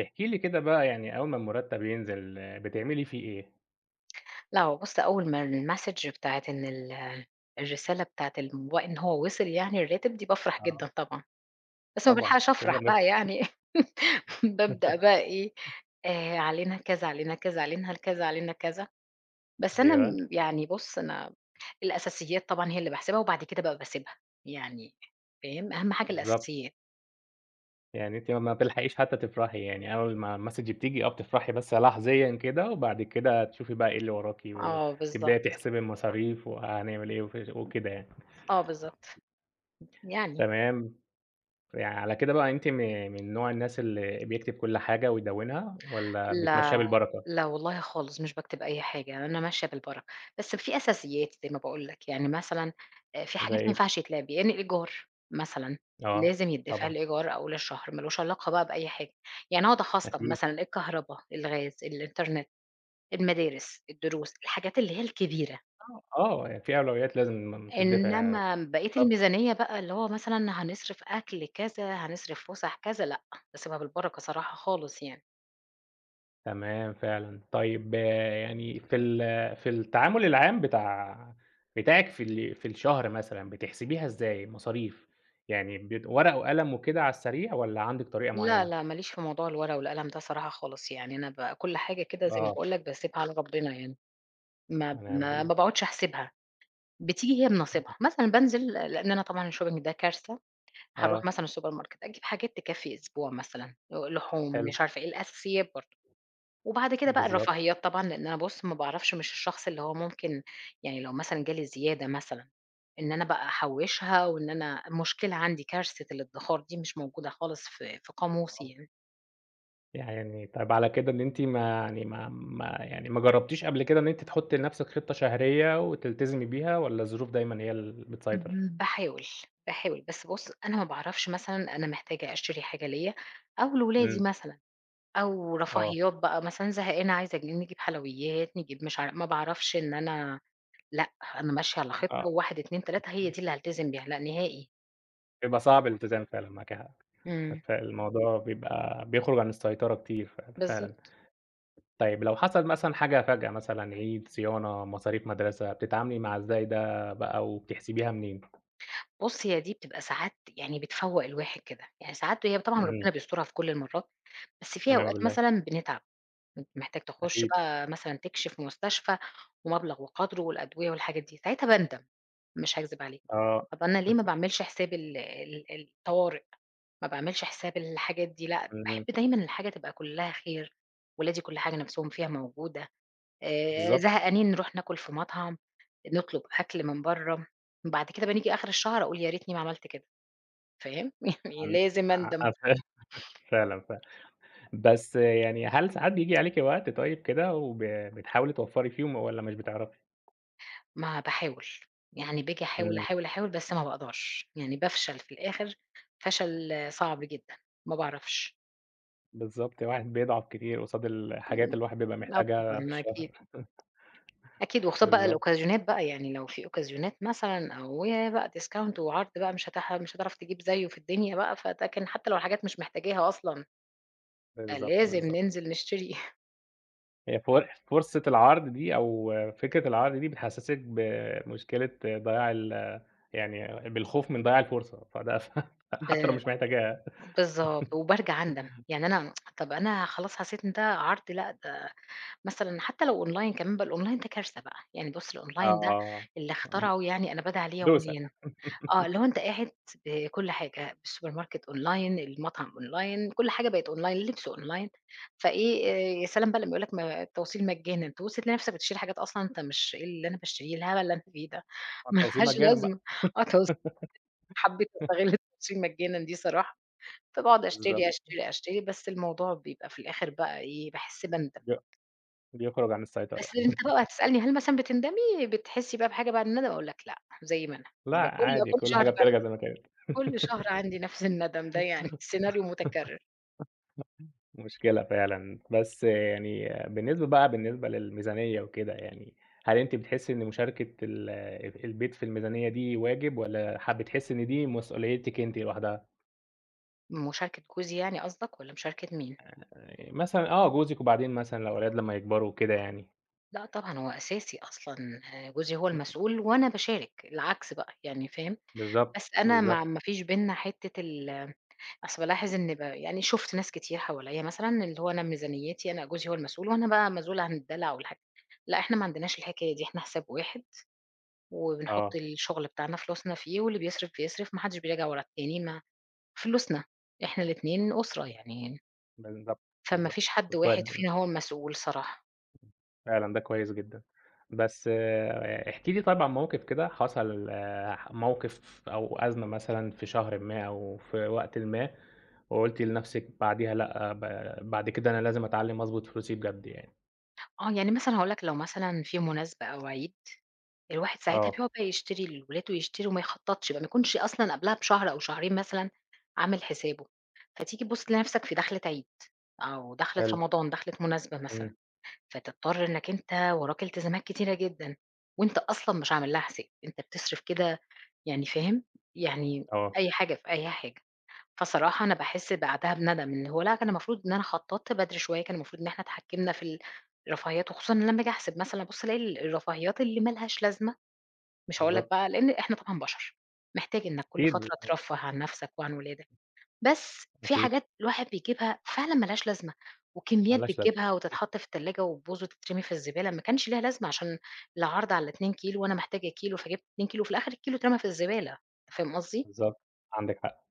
احكِ لي كده بقى يعني أول ما المُرتّب ينزل بتعملي فيه إيه؟ لأ، هو بُص أول ما الmessage بتاعة إن الرسالة بتاعة إن هو وصل يعني الراتب دي بافرح آه، جدًا طبعًا، بس ما طبعًا بالحقش كُلّنا أفرح بقى يعني. بابدأ بقى إيه، علينا كذا، علينا كذا، علينا كذا، علينا كذا، بس أنا أيوه، يعني بُص أنا الأساسيات طبعًا هي اللي باحسبها وبعد كده بقى باسيبها، يعني فاهم؟ أهم حاجة بالضبط. الأساسيات. يعني أنتِ ما بتلحقيش حتى تفرحي، يعني أول ما الmessage بتيجي بتفرحي بس لحظيًا كده وبعد كده تشوفي بقى إيه اللي وراكِ آه بالضبط، وتبدئي تحسبي المصاريف وهنعمل إيه وفش وكده يعني. آه بالضبط، يعني تمام، يعني على كده بقى أنتِ من نوع الناس اللي بيكتب كل حاجة ويدوِّنها والّا لا، بتمشّيها بالبركة؟ لا والله خالص، مش باكتب أي حاجة، يعني أنا ماشية بالبركة، بس في أساسيات زي ما باقول لك، يعني مثلًا في زي حاجات ما إيه؟ ينفعش يتلعب، يعني الإيجار مثلًا، آه، لازم يتدفع طبعًا، الإيجار أول الشهر، ما لوش علاقة بقى بأي حاجة، يعني أقعد أخصّم أكيد. مثلًا الكهربا، الغاز، الإنترنت، المدارس، الدروس، الحاجات اللي هي الكبيرة، آه، آه، يعني في أولويات لازم تتدفع، إنما بقية بالضبط. الميزانية بقى اللي هو مثلًا هنصرف أكل كذا، هنصرف فُسح كذا، لأ، باسيبها بالبركة صراحة خالص يعني. تمام فعلًا. طيب يعني في التعامل العام بتاعِك في الشهر مثلًا، بتحسبيها إزاي المصاريف؟ يعني ورقة وقلم وكده على السريع والّا عندِك طريقة لا، معيّنة؟ لأ، ما ليش في موضوع الورقة والقلم ده صراحة خالص، يعني أنا كل حاجة كده زي ما آه، باقول لك باسيبها على ربنا يعني، ما ونعم ما ما بالله. باقعدش أحسبها، بتيجي هي بنصيبها، مثلًا بانزل لأن أنا طبعًا الshopping ده كارثة، هاروح آه، مثلًا السوبر ماركت أجيب حاجات تكفّي أسبوع مثلًا، لحوم حلو، مش عارفة إيه، الأساسيات برضه، وبعد كده بقى بالضبط الرفاهيات طبعًا لأن أنا بُص ما باعرفش مش الشخص اللي هو ممكن يعني لو مثلًا جالي زيادة مثلًا، إن أنا بقى أحوّشها وإن أنا مشكلة عندي كارثة الادخار دي مش موجودة خالص في آه. قاموسي يعني. يعني طَب على كده إن أنتِ ما جرّبتيش قبل كده إن أنتِ تحُطّي لنَفْسِك خطة شهرية وتلتزمي بيها والّا الظروف دايمًا هي اللي بتسيطر؟ اهم، باحاول، باحاول، بس بُص أنا ما باعرفش مثلًا أنا محتاجة أشتري حاجة ليّا أو لولادي إمم، مثلًا، أو آه، رفاهيات بقى مثلًا زهقانة عايزة نجيب حلويات، نجيب مش ما باعرفش إن أنا لأ، أنا ماشية على خطة آه. و1، 2، 3 هي دي اللي هالتزم بيها، لأ نهائي. بيبقى صعب الالتزام فعلًا، معاكِ حق. إمم. فالموضوع بيبقى بيخرج عن السيطرة كتير فعلًا. بالضبط. طيب لو حصل مثلًا حاجة فجأة مثلًا عيد، صيانة، مصاريف مدرسة، بتتعاملي مع إزاي ده بقى وبتحسبيها منين؟ بُص هي دي بتبقى ساعات يعني بتفوّق الواحد كده، يعني ساعات هي طبعًا إمم، ربنا بيسترها في كل المرات، بس في ونعم أوقات بالله، مثلًا بنتعب. أنت محتاج تخش أكيد بقى مثلًا تكشف مستشفى ومبلغ وقدره والأدوية والحاجات دي، ساعتها باندم، مش هاكذب عليك. آه، طب أنا ليه ما باعملش حساب ال ال الطوارئ، ما باعملش حساب الحاجات دي، لأ، اهم، باحب دايمًا الحاجة تبقى كلّها خير، ولادي كل حاجة نفسهم فيها موجودة، بالضبط. زهقانين نروح ناكل في مطعم، نطلب أكل من برّه، بعد كده بنيجي آخر الشهر أقول يا ريتني ما عملت كده، فاهم؟ يعني عن لازم أندم. ع فعلًا، فعلًا، بس يعني هل ساعات بييجي عليكِ وقت طيب كده بتحاولي توفّري فيهم والّا مش بتعرفي؟ ما باحاول، يعني باجي أحاول، إمم، أحاول، أحاول بس ما باقدرش، يعني بافشل في الآخر فشل صعب جدًا، ما باعرفش. بالضبط، الواحد بيضعف كتير قصاد الحاجات اللي الواحد بيبقى آه محتاجها في طبعًا الشهر، أكيد، أكيد وخصوصًا بقى بالضبط، الأوكازيونات بقى، يعني لو في أوكازيونات مثلًا أو ياه بقى discount وعرض بقى مش هتح مش هتعرف تجيب زيّه في الدنيا بقى، فده كان حتى لو حاجات مش محتاجاها أصلًا، بالضبط، فلازم بالضبط. ننزل نشتري. هي فرصة العرض دي أو فكرة العرض دي بتحسّسِك بمشكلة ضياع يعني بالخوف من ضياع الفرصة، فده ب حتى لو مش محتاجاها. بالضبط، وبارجع أندم، يعني أنا طَب أنا خلاص حسيت إن ده عرض لأ، ده مثلًا حتى لو أونلاين كمان بقى الأونلاين ده كارثة بقى، يعني بُص الأونلاين ده آه، اللي اخترعه يعني أنا بادعي عليه د دوسة. يوميًا، آه اللي هو أنت قاعد بكل حاجة، السوبر ماركت أونلاين، المطعم أونلاين، كل حاجة بقت أونلاين، اللبس أونلاين، فإيه بالضبط، يا سلام بقى لمّا يقول لك ما التوصيل مجانا، تبُص تلاقي نفسك بتشتري حاجات أصلًا أنت مش إيه اللي أنا باشتريه، الهبل اللي أنا فيه ده، ما ما التوصيل لهاش مجانا بقى، لازمة، آه حبيت أستغل التوصيل مجانا دي صراحة، فباقعد بالضبط، أشتري، أشتري، أشتري، بس الموضوع بيبقى في الآخر بقى إيه باحس بندم. بي بيخرج عن السيطرة. بس أنت بقى هتسألني هل مثلًا بتندمي، بتحسّي بقى بحاجة بعد الندم؟ أقول لك لأ، زي ما أنا، لأ ب كل عادي كل كل شهر حاجة بترجع باندم، زي ما كانت. كل شهر عندي نفس الندم ده يعني. سيناريو متكرر. مشكلة فعلًا، بس يعني بالنسبة بقى بالنسبة للميزانية وكده يعني، هل أنتِ بتحسّي إن مشاركة البيت في الميزانية دي واجب والّا بتحسّي إن دي مسؤوليتِك أنتِ لوحدها؟ مشاركة جوزي يعني قصدك والّا مشاركة مين؟ مثلًا جوزِك وبعدين مثلًا الأولاد لمّا يكبروا وكده يعني. لأ طبعًا هو أساسي أصلًا آه، جوزي هو المسؤول وأنا باشارك، العكس بقى يعني فاهم؟ بالضبط، بس أنا ما بالضبط، ما فيش بيننا حتّة أصل بالاحظ إن يعني شُفت ناس كتير حواليّا مثلًا اللي هو أنا ميزانيتي، أنا جوزي هو المسؤول وأنا بقى مسؤولة عن الدلع والحاجات. لأ إحنا ما عندناش الحكاية دي، إحنا حساب واحد وبنحُط آه، الشغل بتاعنا فلوسنا فيه واللي بيصرف، بيصرف، ما حدّش بيراجع ورا التاني، ما فلوسنا، إحنا الاتنين أسرة يعني، بالضبط، فما بالضبط. فيش حد واحد فينا هو المسؤول صراحة. فعلًا ده كويس جدًا. بس احكِ لي طيب عن موقف كده حصل موقف أو أزمة مثلًا في شهر ما أو في وقتٍ ما، وقُلتِ لنفسِك بعديها لأ، آه، ب بعد كده أنا لازم أتعلم أضبط فلوسي بجد يعني. آه، يعني مثلًا هاقول لك لو مثلًا في مناسبة أو عيد، الواحد ساعتها آه، بيقعد بقى يشتري لولاده ويشتري وما يخطّطش بقى، ما يكونش أصلًا قبلها بشهر أو شهرين مثلًا عامل حسابه، فتيجي تبُص تلاقي نَفْسك في دخلة عيد أو دخلة حلو، رمضان، دخلة مناسبة مثلًا. إمم، فتضطر إنك أنت وراك التزامات كتيرة جدًا، وأنت أصلًا مش عامل لها حساب، أنت بتصرف كده يعني فاهم، يعني آه، أي حاجة في أي حاجة، فصراحة أنا باحس بعدها بندم إن هو لأ كان المفروض إن أنا خططت بدري شوية، كان المفروض إن إحنا اتحكمنا في الرفاهيات، وخصوصًا لمّا آجي أحسب مثلًا أبُص ألاقي الرفاهيات اللي ما لهاش لازمة، مش هاقول لك بالضبط. بقى لإن إحنا طبعًا بشر، محتاج إنك كل أكيد، فترة ترفّه عن نفسك وعن ولادك. بس في أكيد، حاجات الواحد بيجيبها فعلًا ما لهاش لازمة، ما وكميات لهاش لازمة، بتجيبها وتتحط في التلاجة وتبوظ وتترمي في الزبالة، ما كانش ليها لازمة عشان العرض على 2 كيلو وأنا محتاجة كيلو فجِبت 2 كيلو وفي الآخر الكيلو اترمى في الزبالة، أنت فاهم قصدي؟ بالضبط، عندِك حق.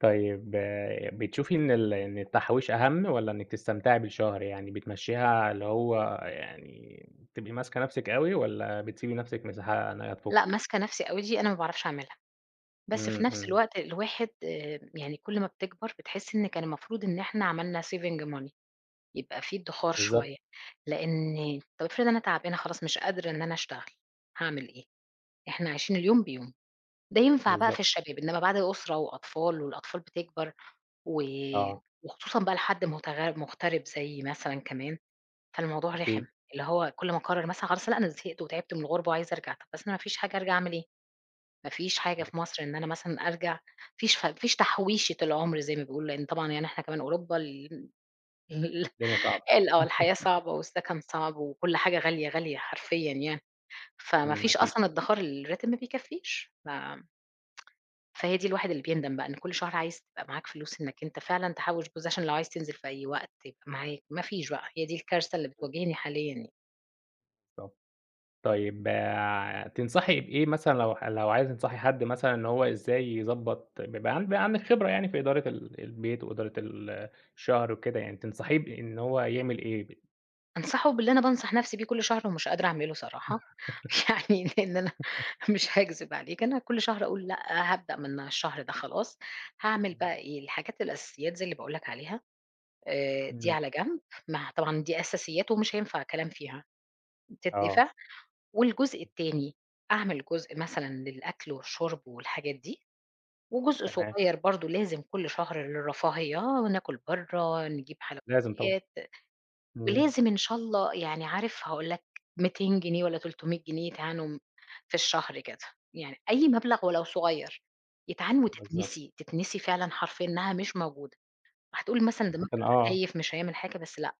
طيب بتشوفي إن إن التحويش أهم والّا إنِّك تستمتعي بالشهر؟ يعني بتمشّيها اللي هو يعني تبقي ماسكة نَفْسِك أوي والّا بتسيبي نَفْسِك مساحة إنها لأ تفُك؟ ماسكة نفسي أوي دي أنا ما باعرفش أعملها، بس في إمم، نفس إمم، الوقت الواحد يعني كل ما بتكبر بتحس إن كان المفروض إن إحنا عملنا saving money يبقى في ادخار بالضبط، شوية، لأن طب افرض أنا تعبانة خلاص مش قادرة إن أنا أشتغل، هاعمل إيه؟ إحنا عايشين اليوم بيومه. ده ينفع بقى في بالضبط، الشباب، إنما بعد أسرة وأطفال والأطفال بتكبر و آه، وخصوصًا بقى لحد مغترب زيي مثلًا كمان، فالموضوع رخم، أكيد اللي هو كل ما أقرر مثلًا خلاص لأ أنا زهقت وتعبت من الغربة وعايزة أرجع، طب بس أنا ما فيش حاجة أرجع أعمل إيه؟ ما فيش حاجة في مصر إن أنا مثلًا أرجع، ما فيش تحويشة العمر زي ما بيقولوا، لإن طبعًا يعني إحنا كمان أوروبا ال الدنيا صعبة، ال آه الحياة صعبة والسكن صعب وكل حاجة غالية، غالية حرفيًا يعني، فما إمم، فيش أكيد، أصلًا ادخار الراتب ما بيكفيش، فهي دي الواحد اللي بيندم بقى إن كل شهر عايز تبقى معاك فلوس إنّك أنت فعلًا تحوّش جزء عشان لو عايز تنزل في أي وقت يبقى معاك، ما فيش بقى، هي دي الكارثة اللي بتواجهني حاليًا يعني. بالضبط. طيب تنصحي بإيه مثلًا لو عايزة تنصحي حد مثلًا إن هو إزاي يضبّط بيبقى عندِك خبرة يعني في إدارة البيت وإدارة الشهر وكده يعني، تنصحيه بإن هو يعمل إيه؟ أنصحه باللي أنا بانصح نَفْسي بيه كل شهر ومش قادرة أعمله صراحة، يعني لإن أنا مش هاكذب عليك، أنا كل شهر أقول لأ، هابدأ من الشهر ده خلاص، هاعمل بقى إيه، الحاجات الأساسيات زي اللي باقول لك عليها دي إمم، على جنب، ما طبعًا دي أساسيات ومش هينفع كلام فيها، آه. تدّفع، والجزء التاني أعمل جزء مثلًا للأكل والشرب والحاجات دي، وجزء تمام، صغير برضه لازم كل شهر للرفاهية، ناكل برّه، نجيب لازم طبعًا، حلويات، إمم، ولازم إن شاء الله يعني عارف هاقول لك 200 جنيه والّا 300 جنيه يتعانوا في الشهر كده، يعني أي مبلغ ولو صغير، يتعان بالضبط، وتتنسي، تتنسي فعلًا حرفيًا إنها مش موجودة، هتقول مثلًا ده مبلغ عشان هايف مش هيعمل حاجة بس لأ،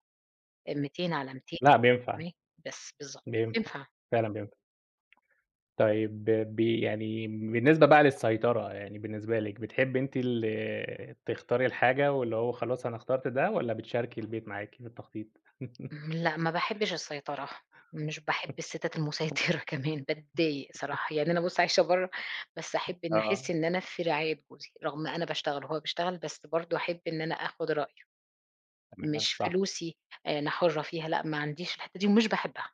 200 على 200 لأ بينفع، بس بالضبط، بينفع، تنفع. فعلًا بينفع. طيب يعني بالنسبة بقى للسيطرة، يعني بالنسبة لِك بتحبي أنتِ تختاري الحاجة واللي هو خلاص أنا اخترت ده والّا بتشاركي البيت معاكِ في التخطيط؟ إمم، لأ ما باحبش السيطرة، مش باحب الستات المُسيطرة، كمان، باتضايق صراحة، يعني أنا بُص عايشة برّه، بس أحب إن آه، أحس إن أنا في رعاية جوزي، رغم أنا باشتغل وهو بيشتغل، بس برضه أحب إن أنا آخُد رأيه، تمام، مش صح، فلوسي آه، أنا حُرّة فيها، لأ ما عنديش الحتّة دي ومش باحبها،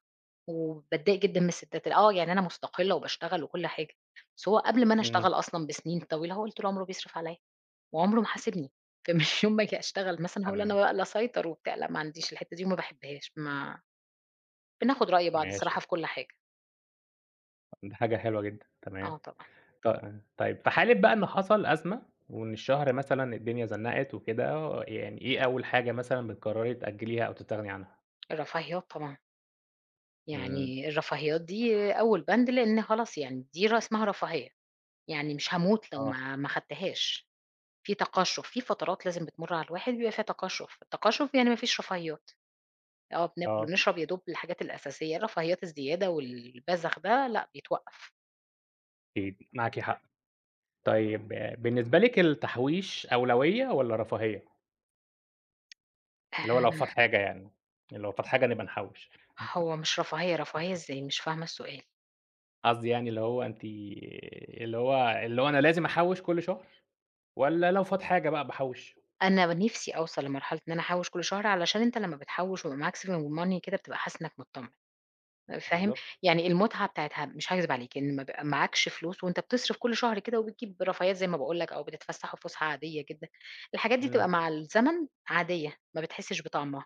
وباتضايق جدًا من الستات ال آه، يعني أنا مستقلة وباشتغل وكل حاجة، بس هو قبل ما أنا إمم، أشتغل أصلًا بسنين طويلة هو اللي طول عمره بيصرف عليّا، وعمره ما حاسبني، فمش يوم ما آجي أشتغل مثلًا هاقول أنا تمام، بقى اللي أسيطر وبتاع، لأ ما عنديش الحتّة دي وما باحبهاش، ما بناخد رأي بعض ماشي، الصراحة في كل حاجة، دي حاجة حلوة جدًا، تمام. آه طبعًا، ط طيب في حالة بقى إن حصل أزمة وإن الشهر مثلًا الدنيا زنقت وكده، يعني إيه أول حاجة مثلًا بتقرري تأجليها أو تستغني عنها؟ الرفاهيات طبعًا، إمم. يعني الرفاهيات دي أول بند لإن خلاص يعني دي اسمها رفاهية، يعني مش هاموت لو آه، ما خدتهاش، في تقشُّف، في فترات لازم بتمُر على الواحد بيبقى فيها تقشُّف، التقشُّف يعني ما فيش رفاهيات، آه بناكل آه، ونشرب يا دوب الحاجات الأساسية، الرفاهيات الزيادة والبذخ ده لأ بيتوقّف. أكيد معاكِ حق. طيب بالنسبة لِك التحويش أولوية والّا رفاهية؟ اللي هو لو فات آه، حاجة يعني، لو فات حاجة نبقى نحوِّش. هو مش رفاهية، رفاهية إزاي؟ مش فاهمة السؤال. قصدي يعني اللي هو أنتِ اللي هو اللي هو أنا لازم أحوِّش كل شهر والّا لو فات حاجة بقى باحوِّش؟ أنا نِفْسي أوصل لمرحلة إن أنا أحوِّش كل شهر علشان أنت لما بتحوِّش ويبقى معاك saving money كده بتبقى حاسس إنّك متطمن. فاهم؟ بالضبط. يعني المتعة بتاعتها مش هاكذب عليك إن ما بيبقى معاكش فلوس وأنت بتصرف كل شهر كده وبتجيب رفاهيات زي ما باقول لك أو بتتفسّح وفُسحة عادية جدًا، الحاجات دي بتبقى إمم. مع الزمن عادية، ما بتحسّش بطعمها،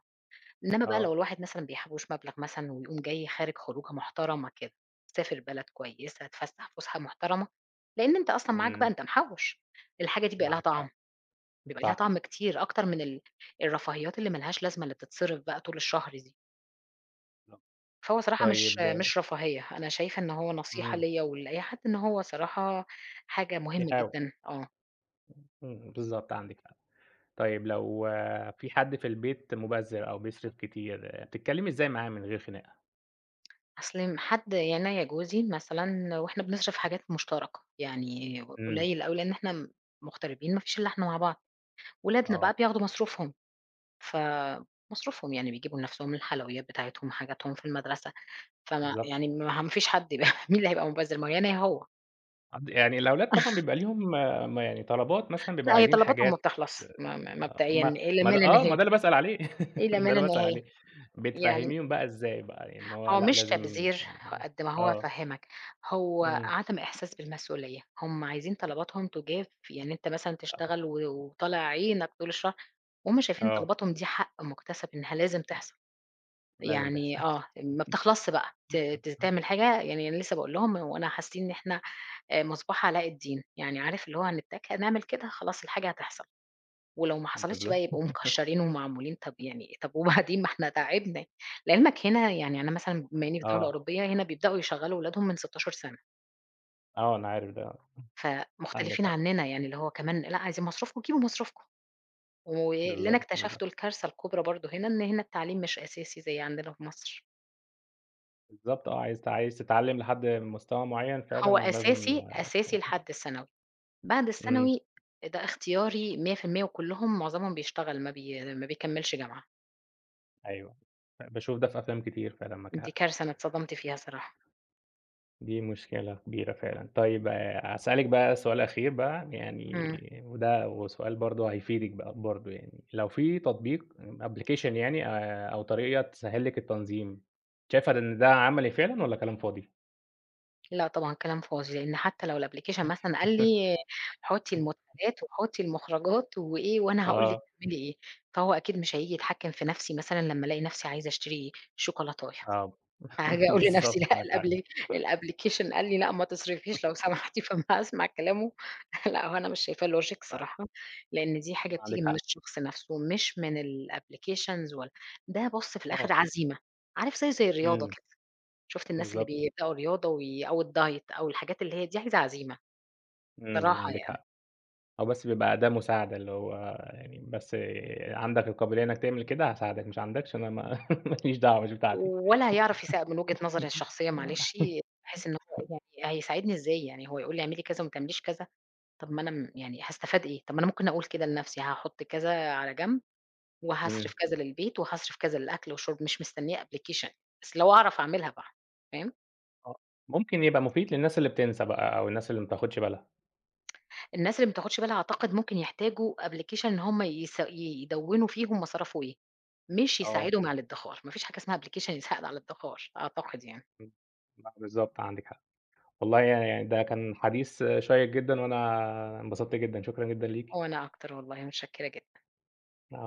إنّما بقى لو آه. الواحد مثلًا بيحوّش مبلغ مثلًا ويقوم جاي خارج خروجة محترمة كده، سافر بلد كويسة، اتفسّح فُسحة محترمة، لإن أنت أصلًا معاك بقى إمم. أنت محوّش، الحاجة دي بيبقى لها معاك طعم، حق. بيبقى لها صح. طعم كتير أكتر من الرفاهيات اللي ما لهاش لازمة اللي بتتصرف بقى طول الشهر دي. بالضبط. فهو صراحة مش طيب مش رفاهية، أنا شايفة إن هو نصيحة إمم. ليّا ولأي حد إن هو صراحة حاجة مهمة يحاول. جدًا، آه، إمم. بالضبط عندِك حق. طيب لو في حد في البيت مُبذِّر أو بيصرف كتير، بتتكلّمي إزاي معاه من غير خناقة؟ أصل حد يعني أنا يا جوزي مثلًا وإحنا بنصرف حاجات مشتركة، يعني إمم، قليل أوي لإن إحنا مغتربين ما فيش إلا إحنا مع بعض، ولادنا بقى آه، بياخدوا مصروفهم، فمصروفهم يعني بيجيبوا لنفسهم الحلويات بتاعتهم، حاجاتهم في المدرسة، فما بالضبط. يعني ما فيش حد يبقى مين اللي هيبقى مبذر ما هو يا أنا يا هو، يعني الأولاد طبعًا بيبقى ليهم ما يعني طلبات مثلًا بيبقوا لأ هي عايزين طلباتهم حاجات ما بتخلص م م مبدئيًا ما إلى ما ما ده لا آه، ما نهاية، ده اللي باسأل عليه، ده إلى ما اللي لا باسأل نهاية، عليه. يعني بتفهّميهم بقى إزاي بقى، يعني إن هو هو لأ مش لازم تبذير قد ما هو آه، فهّمك، هو إمم، عدم إحساس بالمسؤولية، هم عايزين طلباتهم تُجاب، يعني أنت مثلًا تشتغل وطالع عينك طول الشهر، وهُم شايفين آه، طلباتهم دي حق مُكتسب إنها لازم تحصل، لازم يعني تحصل. آه، ما بتخلصش بقى ت ت تعمل حاجة يعني أنا لسه باقول لهم هو أنا حاسين إن إحنا مصباح علاء الدين، يعني عارف اللي هو هنتك هنعمل كده خلاص الحاجة هتحصل. ولو ما حصلتش بالضبط، بقى يبقوا مكشّرين ومعمولين طَب يعني طَب وبعدين ما إحنا تعبنا. لعلمك هنا يعني أنا مثلًا بما إنّي في دولة آه، أوروبية، هنا بيبدأوا يشغّلوا ولادهم من 16 سَنة، آه، أنا عارف ده، عندِك فمختلفين حق، عنّنا يعني اللي هو كمان لأ، عايزين مصروفكم، جيبوا مصروفكم. واللي أنا بالضبط، بالضبط، اكتشفته الكارثة الكبرى برضه هنا، إن هنا التعليم مش أساسي زي عندنا في مصر. بالضبط آه، عايز تتعلّم لحد مستوى معيّن هو فعلًا لازم أساسي، أساسي لحد الثانوي، بعد إمم، الثانوي ده اختياري 100% وكلّهم معظمهم بيشتغل ما بيكمّلش جامعة. أيوه، باشوف ده في أفلام كتير فعلًا معاكِ دي حق. كارثة أنا اتصدمت فيها صراحة. دي مشكلة كبيرة فعلًا. طيب هاسألِك بقى سؤال أخير بقى إمم. يعني وده وسؤال برضه هيفيدِك بقى برضه يعني، لو في تطبيق application يعني أو طريقة تسهّل لِك التنظيم، شايفة إن ده عملي فعلًا والّا كلام فاضي؟ لأ طبعًا كلام فاضي، لإن حتى لو الapplication مثلًا قال لي حُطّي المدخلات وحُطّي المخرجات وإيه وأنا هاقول لِك آه، تعملي إيه، فهو أكيد مش هييجي يتحكّم في نَفْسي مثلًا لمّا ألاقي نَفْسي عايزة أشتري شوكولاتاية، آه. هاجي أقول لنَفْسي بالضبط لأ معاك حق. الapplication قال لي لأ ما تصرفيش لو سمحتِ فما هاسمع كلامه. لأ هو أنا مش شايفاه logic ف صراحة، لإن دي حاجة عندِك بتيجي من حق. الشخص نَفْسه مش من الapplications ولا ده بُص في آه. الآخر عزيمة، عارف زيه زي الرياضة إمم، كده. شُفت الناس اللي بالضبط. بيبدأوا رياضة أو الdiet أو الحاجات اللي هي دي عايزة عزيمة إمم، بصراحة عندِك يعني، حق. هو بس بيبقى أداة مساعدة اللي هو يعني بس عندك القابلية إنّك تعمل كده هاساعدك، مش عندكش أنا ما ما ليش دعوة مش بتاعتي. ولا هيعرف يساع من وجهة نظري الشخصية معلش باحس إن هو يعني هيساعدني إزاي؟ يعني هو يقول لي اعملي كذا وما تعمليش كذا، طب ما أنا يعني هاستفاد إيه؟ طب ما أنا ممكن أقول كده لنفسي هاحط كذا على جنب، إمم. وهاصرف كذا للبيت، وهاصرف كذا للأكل والشرب، مش مستنية application، بس لو أعرف أعملها بقى، فاهم؟ آه، ممكن يبقى مفيد للناس اللي بتنسى بقى أو الناس اللي ما بتاخدش بالها، الناس اللي ما بتاخدش بالها أعتقد ممكن يحتاجوا application إن هم يدوّنوا فيه هم صرفوا إيه، مش آه، يساعدهم على الادخار، ما فيش حاجة اسمها application يساعد على الادخار أعتقد يعني، إمم، لأ بالضبط عندِك حق، والله يعني ده كان حديث شيّق جدًا، وأنا انبسطت جدًا، شكرًا جدًا ليكِ. وأنا أكتر والله متشكرة جدًا.